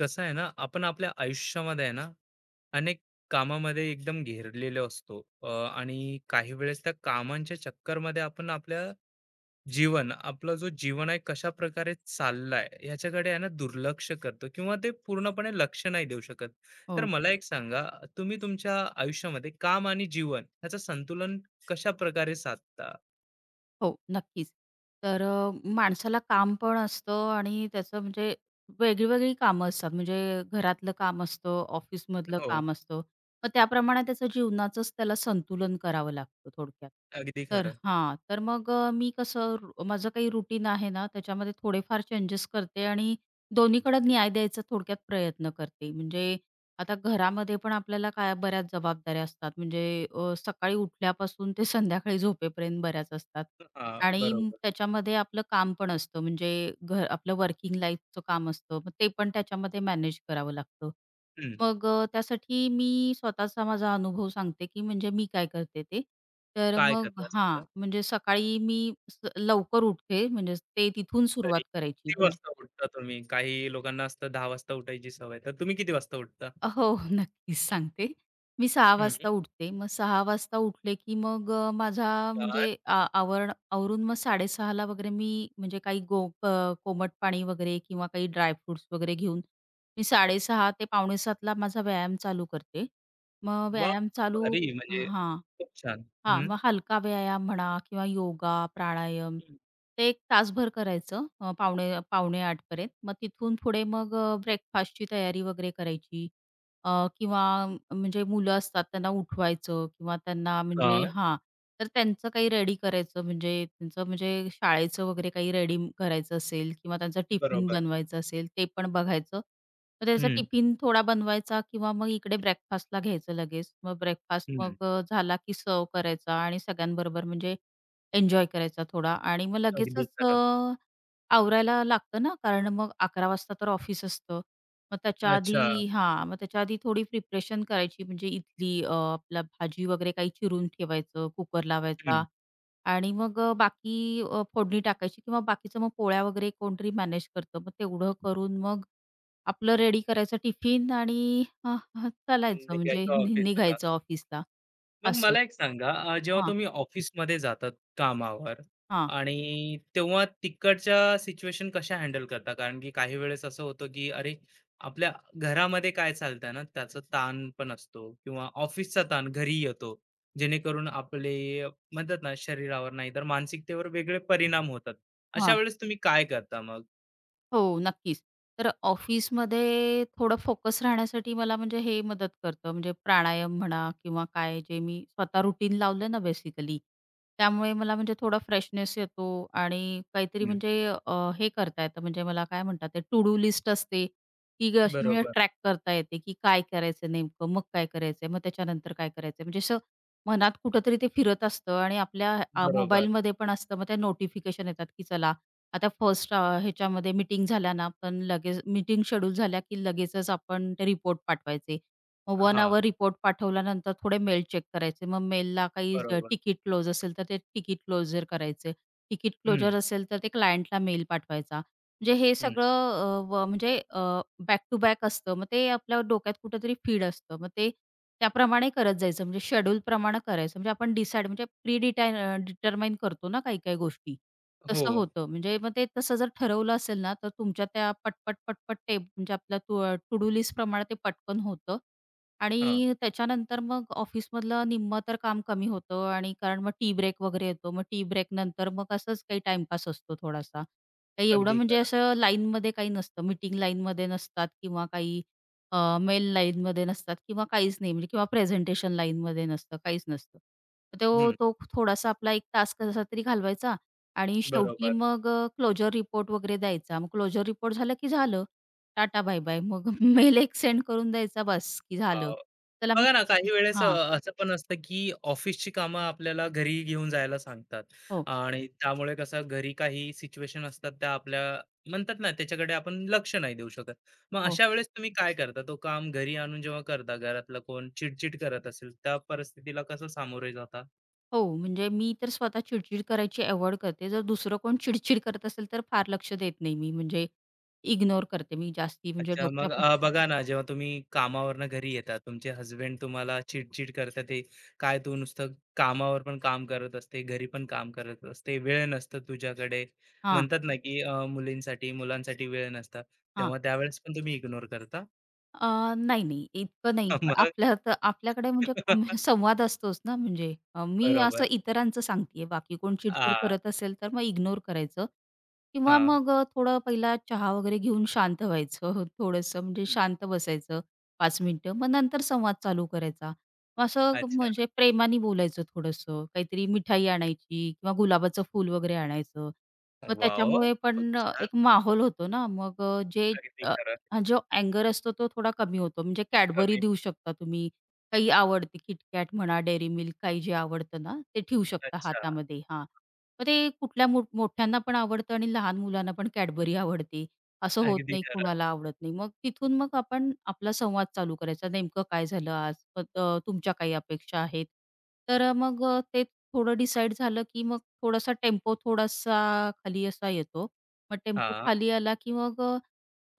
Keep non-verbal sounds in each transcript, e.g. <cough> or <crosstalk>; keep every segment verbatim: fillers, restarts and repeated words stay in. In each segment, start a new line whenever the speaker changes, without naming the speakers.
कसं आहे ना आपण आपल्या आयुष्यामध्ये आहे ना अनेक कामामध्ये एकदम घेरलेलो असतो अ, आणि काही वेळेस त्या कामांच्या चक्करमध्ये आपण आपल्या जीवन आपलं जो जीवन आहे कशा प्रकारे चाललाय ह्याच्याकडे आहे ना दुर्लक्ष करतो किंवा ते पूर्णपणे लक्ष नाही देऊ शकत. तर
हो,
मला एक सांगा, तुम्ही तुमच्या आयुष्यामध्ये काम आणि जीवन ह्याचं संतुलन कशा प्रकारे साधता?
हो, नक्कीच. तर अ, माणसाला काम पण असतं आणि त्याचं म्हणजे वेगळी-वेगळी कामं असतात. म्हणजे घरातलं काम असतं, ऑफिसमधलं
हो.
काम असतं. मग त्याप्रमाणे त्याचं जीवनाचंच त्याला संतुलन करावं लागतं थोडक्यात.
अगदी
तर
खरं.
हां, तर मग अ, मी कसं रू माझं काही रुटीन आहे ना, त्याच्यामध्ये थोडेफार चेंजेस करते आणि दोन्हीकडे न्याय द्यायचा थोडक्यात प्रयत्न करते. म्हणजे आता घरामध्ये पण आपल्याला काय बऱ्याच जबाबदाऱ्या असतात. म्हणजे अ, सकाळी उठल्यापासून ते संध्याकाळी झोपेपर्यंत बऱ्याच असतात.
हा.
आणि म
बरोबर.
त्याच्यामध्ये आपलं काम पण असतं म्हणजे घर आपलं वर्किंग लाईफचं काम असतं. मग ते पण त्याच्यामध्ये मॅनेज करावं लागतं.
हम्म.
मग अ, त्यासाठी मी स्वतःचा माझा अनुभव सांगते, की म्हणजे मी काय करते ते. तर
काय
मग
करता
हां, म्हणजे सकाळी मी स लवकर उठते म्हणजे ते तिथून
तरी
सुरुवात करायची.
किती
म्हणजे
वाजता उठता तुम्ही? काही लोकांना असतं दहा वाजता उठायची सवय. तर तुम्ही किती वाजता उठता?
हो, नक्कीच सांगते. मी सहा
हं, हं.
वाजता उठते. मग सहा वाजता उठले की मग अ, माझा म्हणजे
छान.
आ आवरण आवरून मग साडे सहा वगैरे मी म्हणजे काही गो क कोमट पाणी वगैरे किंवा काही ड्रायफ्रुट्स वगैरे घेऊन मी साडे सहा ते सहा पंचेचाळीस ला माझा व्यायाम चालू करते. मग
वाह!
व्यायाम चालू
भारी म्हणजे
हां.
खूप छान.
हां,
हं.
मग हलका व्यायाम म्हणा किंवा योगा, प्राणायाम
हं.
ते एक तासभर करायचं, अ, पावणे पावणे आठ पर्यंत. मग तिथून पुढे मग अ, ब्रेकफास्टची तयारी वगैरे करायची अ, किंवा म्हणजे मुलं असतात त्यांना उठवायचं किंवा त्यांना म्हणजे हां, तर त्यांचं काही रेडी करायचं म्हणजे त्यांचं म्हणजे शाळेचं वगैरे काही रेडी करायचं असेल किंवा त्यांचा टिफिन
बरोबर.
बनवायचा असेल ते पण बघायचं. मग त्याचा
हं,
टिफिन थोडा बनवायचा किंवा मग इकडे ब्रेकफास्टला घ्यायचं लगेच. मग ब्रेकफास्ट
हं.
मग अ, झाला की सर्व्ह करायचा आणि सगळ्यांबरोबर म्हणजे एन्जॉय करायचा थोडा आणि मग
अगदी
लगेचच
खरं.
अ, आवरायला लागतं ना, कारण मग अकरा वाजता तर ऑफिस असतं. मग त्याच्या
अच्छा.
आधी हां, मग त्याच्या आधी थोडी प्रिपरेशन करायची म्हणजे इथली अ, आपला भाजी वगैरे काही चिरून ठेवायचं, कुकर लावायचा
हं.
आणि मग अ, बाकी अ, फोडणी टाकायची किंवा बाकीचं मग पोळ्या वगैरे कोणतरी मॅनेज करतं. मग तेवढं करून मग आपलं रेडी करायचं टिफिन आणि अ, अ, चालायचं म्हणजे
निघायचं
नि
ऑफिसला.
निघायचं ऑफिसला
मग
असं.
मला एक सांगा, अ, जेव्हा
हां,
तुम्ही ऑफिसमध्ये जातात कामावर
हां,
आणि तेव्हा तिकडच्या सिच्युएशन कशा हँडल करता? कारण की काही वेळेस असं होतं, की अरे, आपल्या घरामध्ये काय चालतंय ना, त्याचा ताण पण असतो किंवा ऑफिसचा ताण घरी येतो, जेणेकरून आपले म्हणतात ना, शरीरावर नाही तर मानसिकतेवर वेगळे परिणाम होतात.
हां.
अशा वेळेस तुम्ही काय करता मग?
हो, नक्कीच. तर ऑफिसमध्ये थोडं फोकस राहण्यासाठी मला म्हणजे हे मदत करतं, म्हणजे प्राणायाम म्हणा किंवा काय जे मी स्वतः रूटीन लावलं ना बेसिकली, त्यामुळे मला म्हणजे थोडा फ्रेशनेस येतो आणि काहीतरी
हं.
म्हणजे अ, हे करता येतं म्हणजे मला काय म्हणतात ते टू डू लिस्ट असते, की ग- अशी म्हणजे
बरोबर,
ट्रॅक करता येते, की काय करायचं नेमकं, मग काय करायचंय, मग त्याच्यानंतर काय करायचंय. म्हणजे असं मनात कुठेतरी ते फिरत असतं आणि आपल्या
बरोबर.
मोबाईलमध्ये पण असतं. मग त्या नोटिफिकेशन येतात, की चला आता फर्स्ट अ, ह्याच्यामध्ये मीटिंग झाल्या ना, पण लगेच मीटिंग शेड्यूल झाल्या की लगेचच आपण ते रिपोर्ट पाठवायचे. मग एक
हां,
अवर रिपोर्ट पाठवल्यानंतर थोडे मेल चेक करायचे. मग मेलला काही ज
बरोबर.
तिकीट क्लोज असेल तर ते तिकीट क्लोजर करायचे. तिकीट
हं,
क्लोजर असेल तर ते क्लायंटला मेल पाठवायचा. म्हणजे हे
हं.
सगळं अ, व म्हणजे बॅक टू बॅक असतं. मग ते आपल्या डोक्यात कुठेतरी फीड असतं. मग ते त्याप्रमाणे करत जायचं म्हणजे शेड्यूलप्रमाणे करायचं. म्हणजे आपण डिसाईड म्हणजे प्री डिटाय डिटरमाइन करतो ना काही-काही गोष्टी.
हो.
तसं होतं. म्हणजे मग ते तसं जर ठरवलं असेल ना, तर तुमच्या त्या पटपट, पटपट टेप म्हणजे आपल्या टू डू लिस्ट प्रमाणे ते पटकन होतं
हां,
आणि त्याच्यानंतर मग ऑफिसमधलं निम्मं तर काम कमी होतं आणि कारण मग टी ब्रेक वगैरे येतो. मग टी ब्रेकनंतर मग असंच काही टाईमपास असतो थोडासा. काही एवढं
अगदी
म्हणजे
खरं.
असं लाईनमध्ये काही नसतं. मीटिंग लाईनमध्ये नसतात किंवा काही मेल लाईनमध्ये नसतात किंवा काहीच नाही म्हणजे किंवा प्रेझेंटेशन लाईनमध्ये नसतं, काहीच नसतं. तो
हं,
तो थोडासा आपला एक तास कसा तरी घालवायचा आणि शेवटी
बरोबर.
मग क्लोजर रिपोर्ट वगैरे द्यायचा. मग क्लोजर रिपोर्ट झाला की झालं. Ta ta bye bye. मग <laughs> मेल एक सेंड करून द्यायचा बस की झालं.
वॉव!
चला मग
बघा ना, काही
<laughs>
वेळेस अ,
हां.
असं पण असतं, की ऑफिसची कामं आपल्याला घरी घेऊन जायला सांगतात
हो,
आणि त्यामुळे कसं घरी काही सिच्युएशन असतात त्या आपल्या म्हणतात ना, त्याच्याकडे आपण लक्ष नाही देऊ शकत. मग
हो,
अशा वेळेस तुम्ही काय करता? तो काम घरी आणून जेव्हा करता, घरातला कोण चिडचिड करत असेल, त्या परिस्थितीला कसं सामोरे जाता?
हो. म्हणजे मी तर स्वतः चिडचिड करायची अव्हॉइड करते. जर दुसरं कोण चिडचिड करत असेल तर फार लक्ष देत नाही मी. म्हणजे इग्नोर करते मी जास्ती म्हणजे
अच्छा,
डोक्या
मग अ, बघा ना, जेव्हा तुम्ही कामावरनं घरी येता, तुमचे हसबंड तुम्हाला चिडचिड करतात, ते "काय तू नुसतं कामावर पण काम करत असते, घरी पण काम करत असते, वेळ नसतं तुझ्याकडे."
हां,
म्हणतात ना, की अ, मुलींसाठी, मुलांसाठी वेळ नसता,
हां.
तेव्हा त्यावेळेस पण तुम्ही इग्नोर करता?
अ, नाही, नाही. इतकं नाही.
<laughs>
पण
मग?
आपल्या तर आपल्याकडे म्हणजे कॉम्यु <laughs>
<laughs>
संवाद असतोच ना म्हणजे अ, मी असं
बरोबर.
इतरांचं सांगतेय. बाकी कोण चिडचिड
हां,
करत असेल तर मग इग्नोर करायचं किंवा
हां.
मग अ, थोडं पहिला चहा वगैरे घेऊन शांत व्हायचं. <laughs> थोडंसं म्हणजे
हं.
शांत बसायचं पाच मिनिटं. मग नंतर संवाद चालू करायचा. मग असं
अच्छा.
म्हणजे प्रेमाने बोलायचं थोडंसं. काहीतरी मिठाई आणायची किंवा गुलाबाचं फूल वगैरे आणायचं. मग
वॉव!
त्याच्यामुळे
खूप
पण
छान.
एक माहोल होतो ना. मग जे
अगदी खरं.
हा जो अँगर असतो तो थोडा कमी होतो. म्हणजे Cadbury
कमी
देऊ
पण.
शकता तुम्ही. काही आवडते KitKat म्हणा, Dairy Milk काही जे आवडतं ना, ते ठेवू शकता
अच्छा.
हातामध्ये. हां. मग ते कुठल्या मो मोठ्यांना पण आवडतं आणि लहान मुलांना पण Cadbury आवडते. असं होत
अगदी
नाही
खरं.
कुणाला आवडत नाही. मग तिथून मग आपण आपला संवाद चालू करायचा. नेमकं काय झालं आज? मग अ, तुमच्या काही अपेक्षा आहेत? तर मग अ, ते थोडं डिसाईड झालं, की मग थोडासा टेम्पो थोडासा खाली असा येतो. मग टेम्पो
हां.
खाली आला, की मग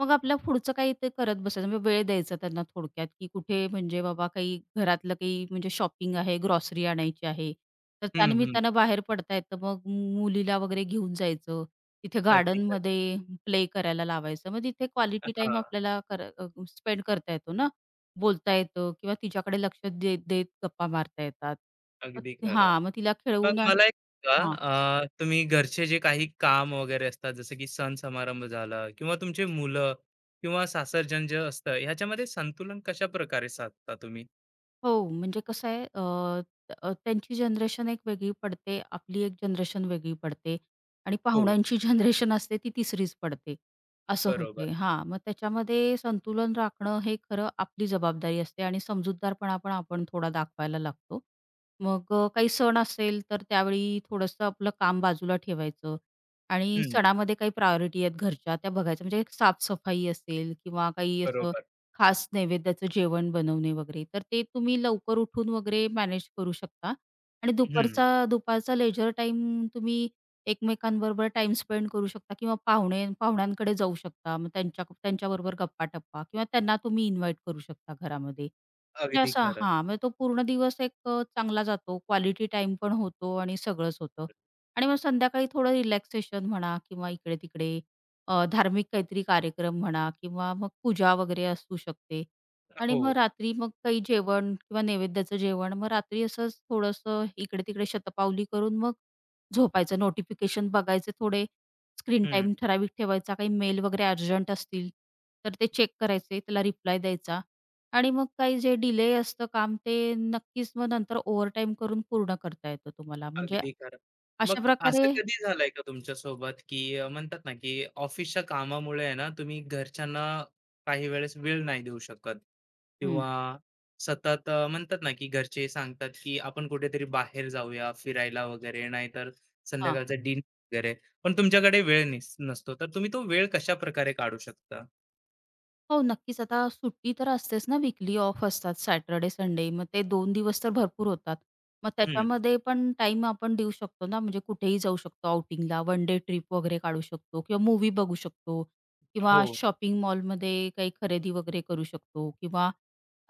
मग आपला पुढचं काही ते करत बसायचं म्हणजे वेळ द्यायचा त्यांना थोडक्यात, की कुठे म्हणजे बाबा काही घरातलं काही म्हणजे शॉपिंग आहे, ग्रॉसरी आणायची आहे. तर
हं, हं.
त्यानिमित्तानं बाहेर पडता येतं. मग मुलीला वगैरे घेऊन जायचं. तिथे
अगदी खरं.
गार्डनमध्ये प्ले करायला लावायचं. मग तिथे क्वालिटी टाईम
हां,
आपल्याला कर स्पेंड करता येतो ना. बोलता येतं किंवा तिच्याकडे लक्ष देत, देत गप्पा मारता येतात.
अगदी
मग
खरं.
हां, मग तिला
मग
खेळवून
मला एक
हां.
सांगा, अ, तुम्ही घरचे जे काही काम वगैरे असतात, जसं की सण समारंभ झाला किंवा तुमची मुलं किंवा सासरजन जे असतं, ह्याच्यामध्ये संतुलन कशा प्रकारे साधता तुम्ही?
हो, म्हणजे कसं आहे अ, त- अ, त्यांची जनरेशन एक वेगळी पडते, आपली एक जनरेशन वेगळी पडते आणि
हो.
पाहुण्यांची <laughs> जनरेशन असते ती तिसरीच पडते, असं
बरोबर.
होते. हां, मग त्याच्यामध्ये संतुलन राखणं हे खरं आपली जबाबदारी असते आणि समजूतदारपणा पण आपण थोडा दाखवायला लागतो. मग अ, काही सण असेल तर त्यावेळी थोडंसं आपलं काम बाजूला ठेवायचं आणि
हं,
सणामध्ये काही प्रायोरिटी आहेत घरच्या त्या बघायच्या. म्हणजे एक साफ असेल किंवा काही असं
बरोबर.
खास नैवेद्याचं जेवण बनवणे वगैरे. तर ते तुम्ही लवकर उठून वगैरे मॅनेज करू शकता आणि
हं,
दुपारचा दुपारचा लेजर टाईम तुम्ही एकमेकांबरोबर टाईम स्पेंड करू शकता किंवा पाहुणे पाहुण्यांकडे जाऊ शकता. मग त्यांच्या त्यांच्याबरोबर गप्पा-टप्पा किंवा त्यांना तुम्ही इन्व्हाईट करू शकता घरामध्ये. म्हणजे
अगदी
असा
खरं.
हां, मग तो पूर्ण दिवस एक अ, चांगला जातो. क्वालिटी टाईम पण होतो आणि सगळंच होतं. आणि मग संध्याकाळी थोडं रिलॅक्सेशन म्हणा किंवा इकडे-तिकडे अ, धार्मिक काहीतरी कार्यक्रम म्हणा किंवा मग पूजा वगैरे असू शकते. आणि
हो.
मग रात्री मग काही जेवण किंवा नैवेद्याचं जेवण, मग रात्री असंच थोडंसं इकडे-तिकडे शतपावली करून मग झोपायचं. नोटिफिकेशन बघायचे थोडे, स्क्रीन
हं.
टाईम ठराविक ठेवायचा. काही मेल वगैरे अर्जंट असतील, तर ते चेक करायचे, त्याला रिप्लाय द्यायचा. आणि मग काही जे डिले असतं काम, ते नक्कीच मग नंतर ओव्हरटाईम करून पूर्ण करता येतं तुम्हाला. म्हणजे
अगदी खरं.
अशा
मग असं
प्रकारे
कधी झालंय का तुमच्यासोबत, की अ, म्हणतात ना, की ऑफिसच्या कामामुळे आहे ना, तुम्ही घरच्यांना काही वेळेस वेळ नाही देऊ शकत
हं.
किंवा सतत अ, म्हणतात ना, की घरचे सांगतात, की आपण कुठेतरी बाहेर जाऊया फिरायला वगैरे, नाहीतर संध्याकाळचा डिनर वगैरे. पण तुमच्याकडे वेळ नस नसतो. तर तुम्ही तो वेळ कशाप्रकारे काढू शकता?
हो, नक्कीच. आता सुट्टी तर असतेच ना, विकली ऑफ असतात सॅटर्डे, संडे. मग ते दोन दिवस तर भरपूर होतात. मग
हं.
त्याच्यामध्ये पण टाइम आपण देऊ शकतो ना, म्हणजे कुठेही जाऊ शकतो आउटिंगला, वन डे ट्रिप वगैरे काढू शकतो किंवा मूवी बघू शकतो किंवा
हो,
शॉपिंग मॉलमध्ये काही खरेदी वगैरे करू शकतो किंवा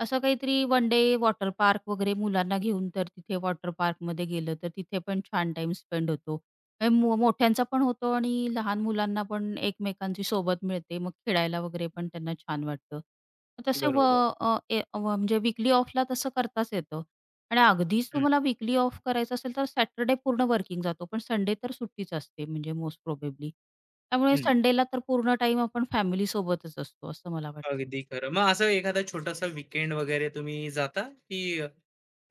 असं काहीतरी वन डे वॉटर पार्क वगैरे मुलांना घेऊन तर तिथे वॉटर पार्कमध्ये गेलं, तर तिथे पण छान टाईम स्पेंड होतो. अ, मो मोठ्यांचा पण होतो आणि लहान मुलांना पण एकमेकांची सोबत मिळते. मग खेळायला वगैरे पण त्यांना छान वाटतं. मग तसे व
बरोबर.
अ, ए अ, व म्हणजे वीकली ऑफला तसं करताच येतं. आणि अगदीच
हं,
तुम्हाला विकली ऑफ करायचं असेल तर सॅटरडे पूर्ण वर्किंग जातो. पण संडे तर सुट्टीच असते म्हणजे मोस्ट प्रोबेबली. त्यामुळे
हं.
संडेला तर पूर्ण टाईम आपण फॅमिलीसोबतच असतो असं मला वाटतं.
अगदी खरं. मग असं एखादा छोटासा वीकेंड वगैरे तुम्ही जाता, की अ,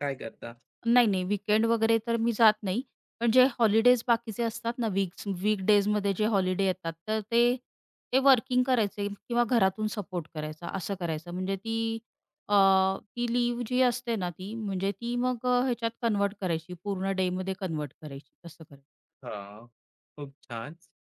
काय करता?
नाही, नाही. वीकेंड वगैरे तर मी जात नाही. पण जे हॉलिडेज बाकीचे असतात ना, वीक्स वीकडेजमध्ये जे हॉलिडे येतात, तर ते ते वर्किंग करायचे किंवा घरातून सपोर्ट करायचा, असं करायचं. म्हणजे ती अ, ती लीव्ह जी असते ना, ती म्हणजे ती मग अ, ह्याच्यात कन्व्हर्ट करायची, पूर्ण डेमध्ये कन्व्हर्ट करायची, तसं करायचं.
हां, खूप छान.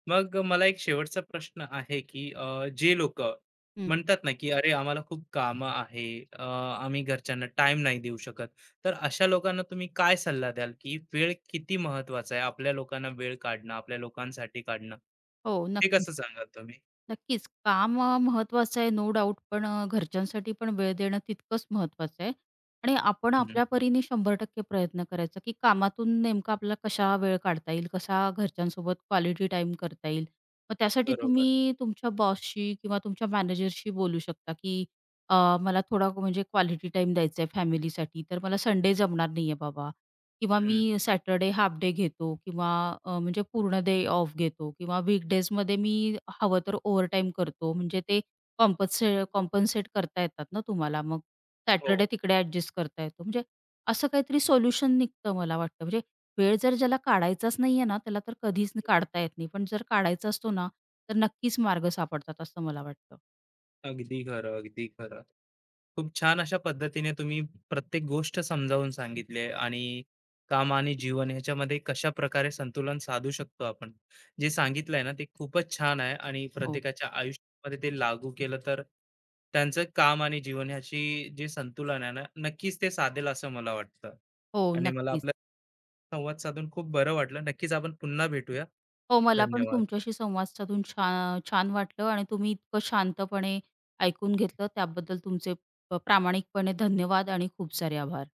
मग मला एक शेवटचा प्रश्न आहे, की अ, जे लोकं
हं.
म्हणतात ना, की "अरे, आम्हाला खूप कामं आहे, अ, आम्ही घरच्यांना टाईम नाही देऊ शकत." तर अशा लोकांना तुम्ही काय सल्ला द्याल, की वेळ किती महत्त्वाचा आहे? आपल्या लोकांना वेळ काढणं, आपल्या लोकांसाठी काढणं,
हो,
ते
नक्कीच.
कसं सांगाल तुम्ही?
नक्कीच. काम अ, महत्त्वाचं आहे नो डाउट पण अ, घरच्यांसाठी पण वेळ देणं तितकंच महत्त्वाचं आहे आणि आपण
हं,
आपल्या परीने शंभर टक्के प्रयत्न करायचा, की कामातून नेमका आपल्याला कसा वेळ काढता येईल, कसा घरच्यांसोबत क्वालिटी टाईम करता येईल. मग त्यासाठी
बरोबर.
तुम्ही तुमच्या बॉसशी किंवा तुमच्या मॅनेजरशी बोलू शकता, की अ, मला थोडा म्हणजे क्वालिटी टाईम द्यायचा आहे फॅमिलीसाठी, तर मला संडे जमणार नाही आहे बाबा किंवा मी
हं,
सॅटरडे हाल्फ डे घेतो किंवा अ, म्हणजे पूर्ण डे ऑफ घेतो किंवा वीकडेजमध्ये मी हवं तर ओव्हरटाईम करतो. म्हणजे ते कॉम्पन्से कॉम्पन्सेट करता येतात ना तुम्हाला. मग
हो.
सॅटरडे तिकडे ॲडजस्ट करता येतो. म्हणजे असं काहीतरी सोल्युशन निघतं मला वाटतं. म्हणजे वेळ जर ज्याला काढायचाच नाहीये ना, त्याला तर कधीच काढता येत नाही. पण जर काढायचा असतो ना, तर नक्कीच मार्ग सापडतात असं मला वाटतं.
अगदी खरं, अगदी खरं. खूप छान अशा पद्धतीने तुम्ही प्रत्येक गोष्ट समजावून सांगितली आहे आणि काम आणि जीवन ह्याच्यामध्ये कशा प्रकारे संतुलन साधू शकतो आपण. जे सांगितलं आहे ना, ते खूपच छान आहे आणि हं.
हो,
प्रत्येकाच्या आयुष्यामध्ये ते लागू केलं तर त्यांचं काम आणि जीवन ह्याची जे संतुलन आहे ना, नक्कीच ते साधेल असं मला वाटतं
हो
आणि मला
नक्कीच.
आपला संवाद साधून खूप बरं वाटलं. नक्कीच आपण पुन्हा भेटूया.
हो, मला पण
धन्यवाद.
तुमच्याशी संवाद साधून छा छान वाटलं आणि तुम्ही इतकं शांतपणे ऐकून घेतलं त्याबद्दल तुमचे प प्रामाणिकपणे धन्यवाद आणि खूप सारे आभार.